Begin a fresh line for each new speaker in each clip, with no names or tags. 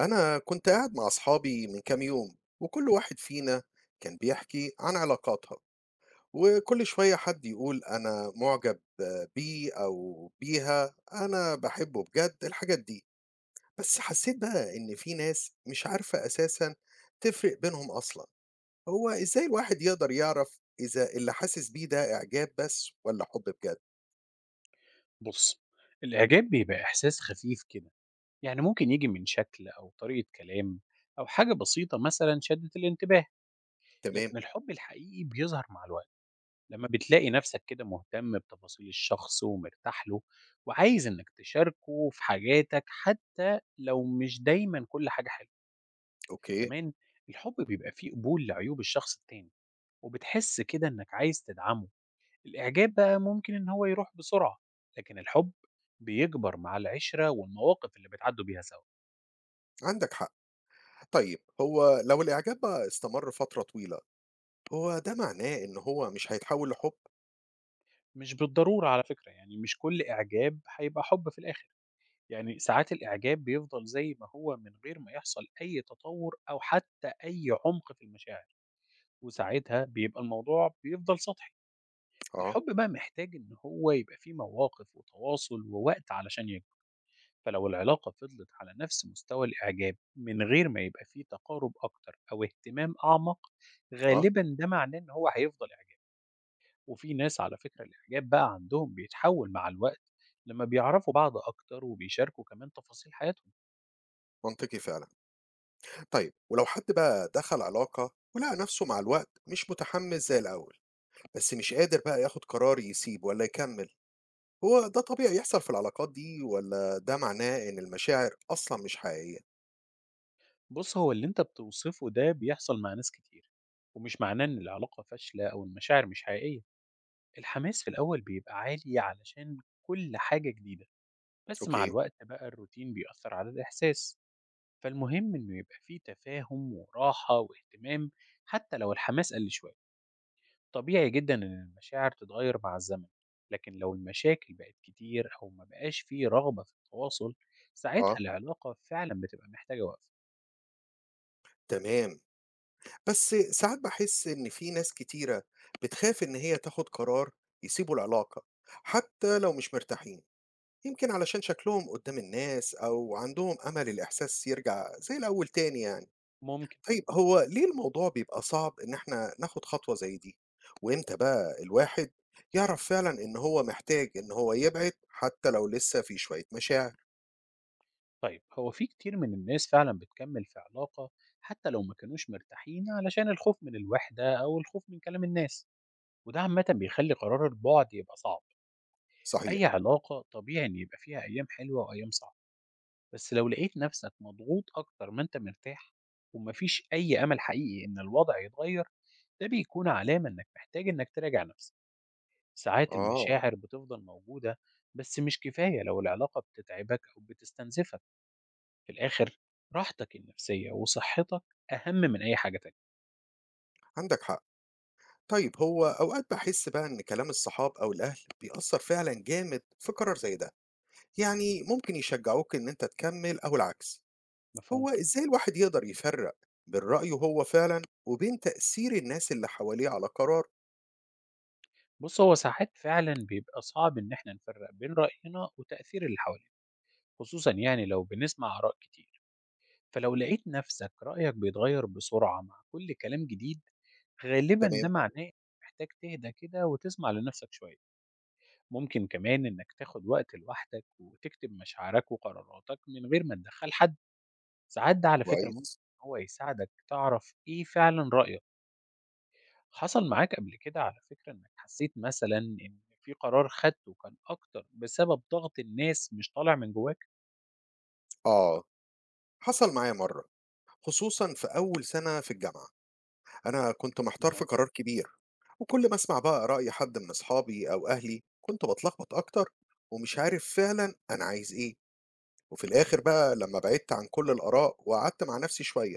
أنا كنت قاعد مع أصحابي من كام يوم وكل واحد فينا كان بيحكي عن علاقاتها، وكل شوية حد يقول أنا معجب بيه أو بيها، أنا بحبه بجد، الحاجات دي. بس حسيت بقى إن في ناس مش عارفة أساسا تفرق بينهم أصلا. هو إزاي الواحد يقدر يعرف إذا اللي حاسس بيه ده إعجاب بس ولا حب بجد؟
بُص، الإعجاب بيبقى إحساس خفيف كده، يعني ممكن ييجي من شكل أو طريقة كلام أو حاجة بسيطة مثلًا شدت الانتباه،
تمام.
لكن الحب الحقيقي بيظهر مع الوقت، لما بتلاقي نفسك كده مهتم بتفاصيل الشخص ومرتاح له وعايز إنك تشاركه في حاجاتك حتى لو مش دايمًا كل حاجة حلوة،
أوكي.
كمان الحب بيبقى فيه قبول لعيوب الشخص التاني وبتحس كده إنك عايز تدعمه. الإعجاب بقى ممكن إن هو يروح بسرعة لكن الحب بيكبر مع العشرة والمواقف اللي بتعدوا بيها سوا.
عندك حق. طيب هو لو الإعجاب بقى استمر فترة طويلة، هو ده معناه إن هو مش هيتحول لحُب؟
مش بالضرورة على فكرة، يعني مش كل إعجاب هيبقى حب في الآخر، يعني ساعات الإعجاب بيفضل زي ما هو من غير ما يحصل أي تطور أو حتى أي عمق في المشاعر، وساعتها بيبقى الموضوع بيفضل سطحي.
آه.
الحب بقى محتاج إن هو يبقى فيه مواقف وتواصل ووقت علشان يكبر، فلو العلاقة فضلت على نفس مستوى الإعجاب من غير ما يبقى فيه تقارب أكتر أو اهتمام أعمق،
آه.
غالبا ده معناه إن هو هيفضل إعجاب. وفي ناس على فكرة الإعجاب بقى عندهم بيتحول مع الوقت لما بيعرفوا بعض أكتر وبيشاركوا كمان تفاصيل حياتهم.
منطقي فعلًا. طيب ولو حد بقى دخل علاقة ولقى نَفْسه مع الوقت مش متحمِّس زي الأول، بس مش قادر بقى ياخُد قرار يسيب والّا يكمّل، هو ده طبيعي يحصل في العلاقات دي والّا ده معناه إن المشاعر أصلًا مش حقيقية؟
بص، هو اللي أنت بتوصفه ده بيحصل مع ناس كتير، ومش معناه إن العلاقة فاشلة أو المشاعر مش حقيقية. الحماس في الأول بيبقى عالي علشان كل حاجة جديدة، بس مع
أوكي.
الوقت بقى الروتين بيأثر على الإحساس. فالمهم إنه يبقى فيه تفاهم وراحة واهتمام حتى لو الحماس قل شوية. طبيعي جدا إن المشاعر تتغير مع الزمن، لكن لو المشاكل بقت كتير أو ما بقاش فيه رغبة في التواصل، ساعتها
آه.
العلاقة فعلا بتبقى محتاجة وقف.
تمام. بس ساعات باحس إن في ناس كتيرة بتخاف إن هي تاخُد قرار يسيبوا العلاقة، حتّى لو مش مرتاحين. يمكن علشان شكلهم قدّام الناس أو عندهم أمل الإحساس يرجع زي الأول تاني يعني.
ممكن.
طيب هو ليه الموضوع بيبقى صعب إن إحنا ناخد خطوة زي دي؟ وإمتى بقى الواحد يعرف فعلًا إن هو محتاج إن هو يبعد حتى لو لسه في شوية مشاعر؟
طيب، هو في كتير من الناس فعلا بتكمل في علاقة حتى لو ما كانوش مرتاحين علشان الخوف من الوحدة أو الخوف من كلام الناس، وده عامة بيخلي قرار البعد يبقى صعب.
صحيح.
أي علاقة طبيعي إن يبقى فيها أيام حلوة وأيام صعبة، بس لو لقيت نفسك مضغوط أكتر ما أنت مرتاح ومفيش أي أمل حقيقي إن الوضع يتغير، ده بيكون علامة إنك محتاج إنك تراجع نفسك. ساعات
آه.
المشاعر بتفضل موجودة بس مش كفاية لو العلاقة بتتعبك أو بتستنزفك. في الآخر راحتك النفسية وصحتك أهم من أي حاجة تانية.
عندك حق. طيب هو أوقات باحس بقى إن كلام الصحاب أو الأهل بيأثّر فعلًا جامد في قرار زي ده، يعني ممكن يشجعوك إن أنت تكمّل أو العكس.
مفهوم؟
هو إزاي الواحد يقدر يفرق بين رأيه هو فعلا وبين تأثير الناس اللي حواليه على قرار؟
بص، هو ساعات فعلا بيبقى صعب إن إحنا نفرق بين رأينا وتأثير اللي حوالينا، خصوصا يعني لو بنسمع آراء كتير. فلو لقيت نفسك رأيك بيتغير بسرعة مع كل كلام جديد، غالبا ده
تمام.
معناه إنك محتاج تهدى كده وتسمع لنفسك شوية. ممكن كمان إنك تاخد وقت لوحدك وتكتب مشاعرك وقراراتك من غير ما تدخل حد. ساعات ده على فكرة ممكن
كويس.
إن هو يساعدك تعرف إيه فعلا رأيك. حصل معاك قبل كده على فكرة إنك حسيت مثلا إن في قرار خدته كان أكتر بسبب ضغط الناس مش طالع من جواك؟
آه، حصل معايا مرة، خصوصا في أول سنة في الجامعة. أنا كنت محتار في
أها.
قرار كبير، وكل ما أسمع بقى رأي حد من أصحابي أو أهلي كنت بتلخبط أكتر، ومش عارف فعلا أنا عايز إيه. وفي الآخر بقى لما بعدت عن كل الآراء وقعدت مع نفسي شوية،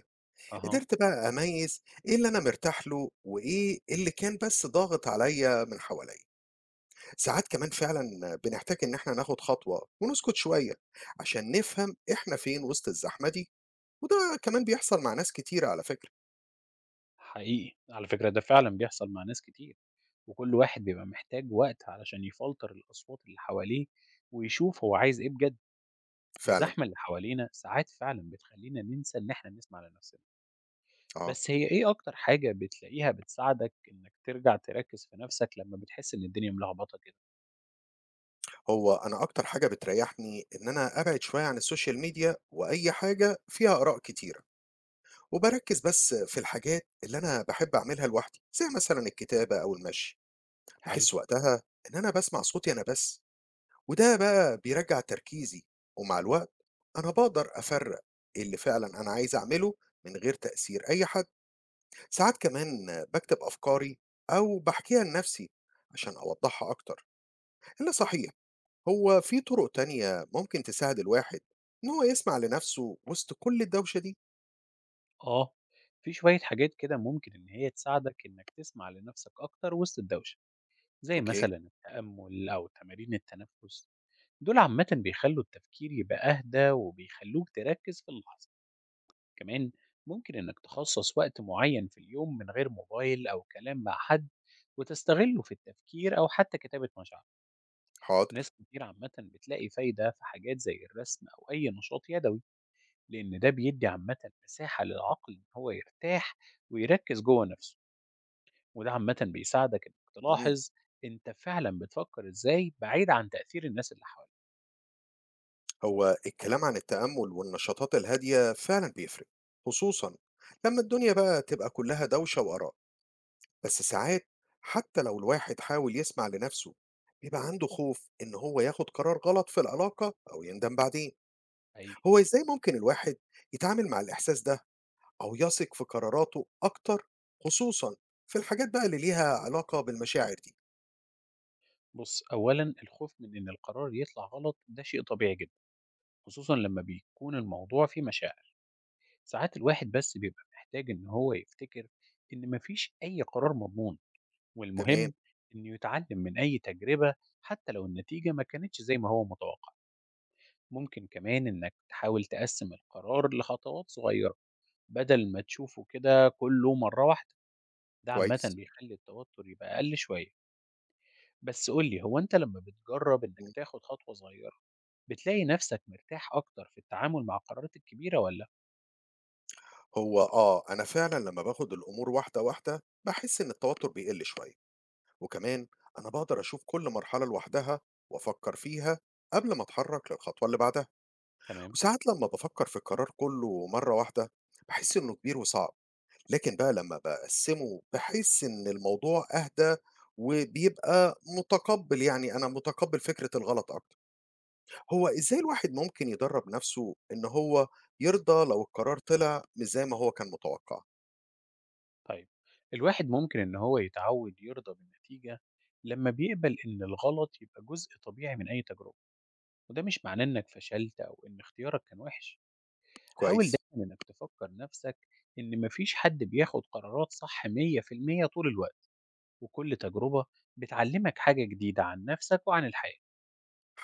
أها.
قدرت بقى أميز إيه اللي أنا مرتاح له وإيه اللي كان بس ضاغط عليا من حواليا. ساعات كمان فعلا بنحتاج إن إحنا ناخد خطوة ونسكت شوية عشان نفهم إحنا فين وسط الزحمة دي، وده كمان بيحصل مع ناس كتير على فكرة.
حقيقي، على فكرة ده فعلًا بيحصل مع ناس كتير، وكل واحد بيبقى محتاج وقت علشان يفلتر الأصوات اللي حواليه، ويشوف هو عايز إيه بجد،
فعلا.
الزحمة اللي حوالينا ساعات فعلًا بتخلّينا ننسى إن إحنا نسمع لنفسنا،
اه.
بس هي إيه أكتر حاجة بتلاقيها بتساعدك إنك ترجع تركّز في نفسك لمّا بتحس إن الدنيا ملخبطة كده؟
هو أنا أكتر حاجة بتريحني إن أنا أبعد شوية عن السوشيال ميديا وأي حاجة فيها آراء كتيرة، وبركز بس في الحاجات اللي أنا بحب أعملها لوحدي زي مثلا الكتابة أو المشي.
حلو.
بحس وقتها إن أنا بسمع صوتي أنا بس، وده بقى بيرجّع تركيزي، ومع الوقت أنا باقدر أفرّق إيه اللي فعلًا أنا عايز أعمله من غير تأثير أي حد. ساعات كمان باكتب أفكاري أو باحكيها لنفسي عشان أوضّحها أكتر. إلا صحيح، هو في طُرق تانية ممكن تساعد الواحد إن هو يسمع لنفسه وسط كل الدوشة دي؟
آه، في شوية حاجات كده ممكن إن هي تساعدك إنك تسمع لنفسك أكتر وسط الدوشة. زي
أوكي.
مثلا التأمل أو تمارين التنفس، دول عامة بيخلوا التفكير يبقى أهدى وبيخلوك تركز في اللحظة. كمان ممكن إنك تخصص وقت معين في اليوم من غير موبايل أو كلام مع حد وتستغله في التفكير أو حتى كتابة مشاعر.
حاضر.
ناس كتير عامة بتلاقي فايدة في حاجات زي الرسم أو أي نشاط يدوي، لأن ده بيدي عامة مساحة للعقل إن هو يرتاح ويركز جوه نفسه، وده عامةً بيساعدك إنك
إمم،
تلاحظ أنت فعلًا بتفكر إزاي بعيد عن تأثير الناس اللي حواليك.
هو الكلام عن التأمُّل والنشاطات الهادية فعلًا بيفرق، خصوصًا لمّا الدنيا بقى تبقى كلّها دوشة وآراء. بس ساعات حتى لو الواحد حاول يسمع لنفسه بيبقى عنده خوف إن هو ياخد قرار غلط في العلاقة أو يندم بعدين.
حقيقي.
هو إزاي ممكن الواحد يتعامل مع الإحساس ده أو يثق في قراراته أكتر، خصوصا في الحاجات بقى اللي ليها علاقة بالمشاعر دي؟
بُص، أولًا الخوف من إن القرار يطلع غلط ده شيء طبيعي جدًا، خصوصًا لمّا بيكون الموضوع فيه مشاعر. ساعات الواحد بس بيبقى محتاج إن هو يفتكر إن ما فيش أي قرار مضمون،
تمام.
والمهم إنه يتعلم من أي تجربة حتى لو النتيجة ما كانتش زي ما هو متوقع. ممكن كمان إنك تحاول تقسّم القرار لخطوات صغيرة بدل ما تشوفه كده كله مرة واحدة. ده عامةً
كويس.
بيخلّي التوتر يبقى أقل شوية، بس قُل لي هو أنت لمّا بتجرّب إنك
مم.
تاخد خطوة صغيرة، بتلاقي نَفْسك مرتاح أكتر في التعامل مع القرارات الكبيرة والّا؟
هو آه أنا فعلا لما باخد الأمور واحدة واحدة بحس إن التوتر بيقل شوية، وكمان أنا بقدر أشوف كل مرحلة لوحدها وأفكر فيها قبل ما أتحرك للخطوة اللي بعدها.
تمام،
وساعات لما بفكر في القرار كله مرة واحدة بحس إنه كبير وصعب، لكن بقى لما بقسمه بحس إن الموضوع أهدى، وبيبقى متقبل، يعني أنا متقبل فكرة الغلط أكتر. هو إزاي الواحد ممكن يدرب نفسه إن هو يرضى لو القرار طلع مش زي ما هو كان متوقع؟
طيب الواحد ممكن إن هو يتعوّد يرضى بالنتيجة لمّا بيقبل إن الغلط يبقى جزء طبيعي من أي تجربة، وده مش معناه إنك فشلت أو إن اختيارك كان وِحِش، حاول
كويس.
دايمًا إنك تفكّر نَفْسك إن ما فيش حد بياخد قرارات صح 100% طول الوقت، وكل تجربة بتعلّمك حاجة جديدة عن نَفْسك وعن الحياة.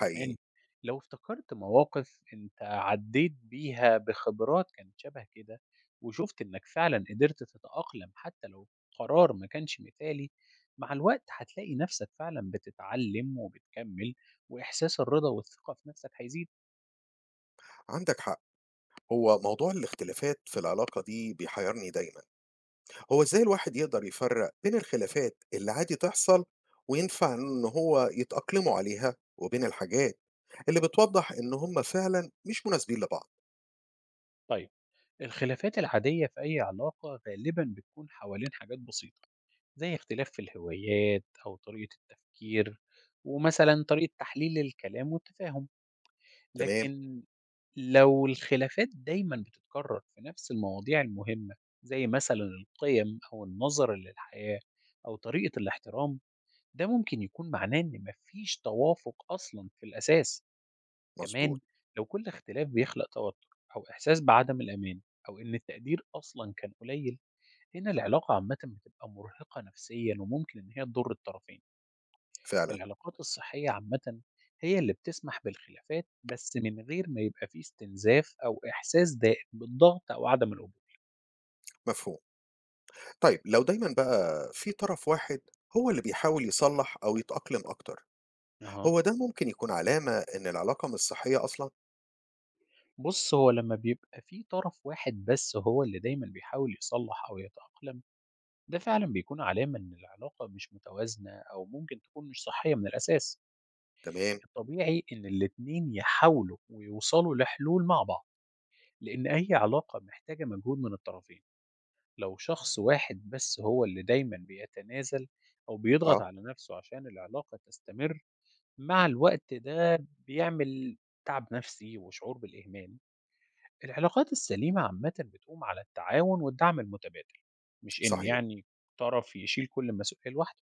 كمان لو افتكرت مواقف أنت عدّيت بيها بخبرات كانت شبه كده، وشُفت إنك فعلًا قدرت تتأقلم حتى لو قرار ما كانش مثالي، مع الوقت هتلاقي نفسك فعلًا بتتعلم وبتكمّل، وإحساس الرضا والثقة في نفسك هيزيد.
عندك حق. هو موضوع الاختلافات في العلاقة دي بيحيرني دايما. هو ازاي الواحد يقدر يفرق بين الخلافات اللي عادي تحصل وينفع ان هو يتأقلموا عليها، وبين الحاجات اللي بتوضح ان هم فعلا مش مناسبين لبعض؟
طيب الخلافات العادية في أي علاقة غالبًا بتكون حوالين حاجات بسيطة، زي اختلاف في الهوايات أو طريقة التفكير، ومثلًا طريقة تحليل الكلام والتفاهم.
تمام.
لكن لو الخلافات دايمًا بتتكرر في نفس المواضيع المهمة، زي مثلًا القيم أو النظرة للحياة أو طريقة الاحترام، ده ممكن يكون معناه إن ما فيش توافق أصلًا في الأساس، كمان
مظبوط.
لو كل اختلاف بيخلق توتر أو إحساس بعدم الأمان أو إن التقدير أصلًا كان قليل، هنا العلاقة عامةً بتبقى مرهقة نفسيًا وممكن إن هي تضر الطرفين.
فعلا.
العلاقات الصحية عامةً هي اللي بتسمح بالخلافات، بس من غير ما يبقى في استنزاف أو إحساس دائم بالضغط أو عدم القبول.
مفهوم. طيب لو دايما بقى في طرف واحد هو اللي بيحاول يصلح او يتأقلم اكتر،
أها.
هو ده ممكن يكون علامة ان العلاقة مش صحية اصلا؟
بُص، هو لمّا بيبقى في طرف واحد بس هو اللي دايمًا بيحاول يصلّح أو يتأقلم، ده فعلًا بيكون علامة إن العلاقة مش متوازنة أو ممكن تكون مش صحية من الأساس.
تمام.
الطبيعي إن الاتنين يحاولوا ويوصلوا لحلول مع بعض، لأن أي علاقة محتاجة مجهود من الطرفين. لو شخص واحد بس هو اللي دايما بيتنازل أو بيضغط
اه.
على نفسه عشان العلاقة تستمر، مع الوقت ده بيعمل تعب نفسي وشعور بالإهمال. العلاقات السليمة عامة بتقوم على التعاون والدعم المتبادل، مش إن
صحيح.
طرف يشيل كل المسؤولية لوحده.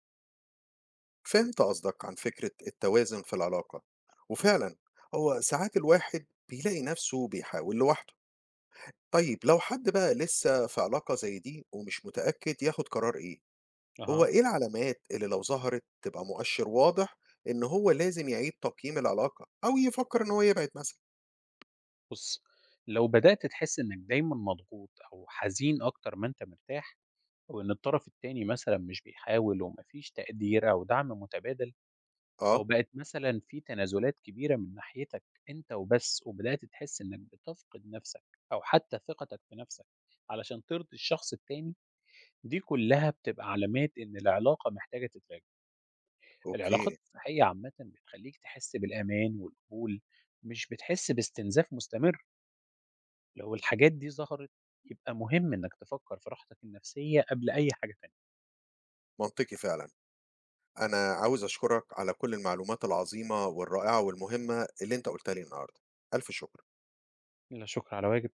فهمت قصدك عن فكرة التوازن في العلاقة، وفعلا هو ساعات الواحد بيلاقي نفسه بيحاول لوحده. طيب لو حد بقى لسه في علاقة زي دي ومش متأكد ياخد قرار إيه، هو
أها.
إيه العلامات اللي لو ظهرت تبقى مؤشر واضح إن هو لازم يعيد تقييم العلاقة أو يفكر إن هو يبعد مثلا؟
بص، لو بدأت تحس إنك دايما مضغوط أو حزين أكتر ما أنت مرتاح، أو إن الطرف التاني مثلا مش بيحاول ومفيش تقدير أو دعم متبادل، أو
آه.
بقت مثلًا في تنازلات كبيرة من ناحيتك أنت وبس، وبدأت تحس إنك بتفقد نفسك أو حتى ثقتك في نفسك علشان ترضي الشخص التاني، دي كلها بتبقى علامات إن العلاقة محتاجة تتراجع. العلاقات
أوكي.
الصحية عامةً بتخلّيك تحس بالأمان والقبول، مش بتحس باستنزاف مستمر. لو الحاجات دي ظهرت، يبقى مهم إنك تفكر في راحتك النفسية قبل أي حاجة تانية.
منطقي فعلا. أنا عاوز أشكرك على كل المعلومات العظيمة والرائعة والمهمة اللي أنت قلتها لي النهاردة، ألف شكر.
لا شكر على واجب.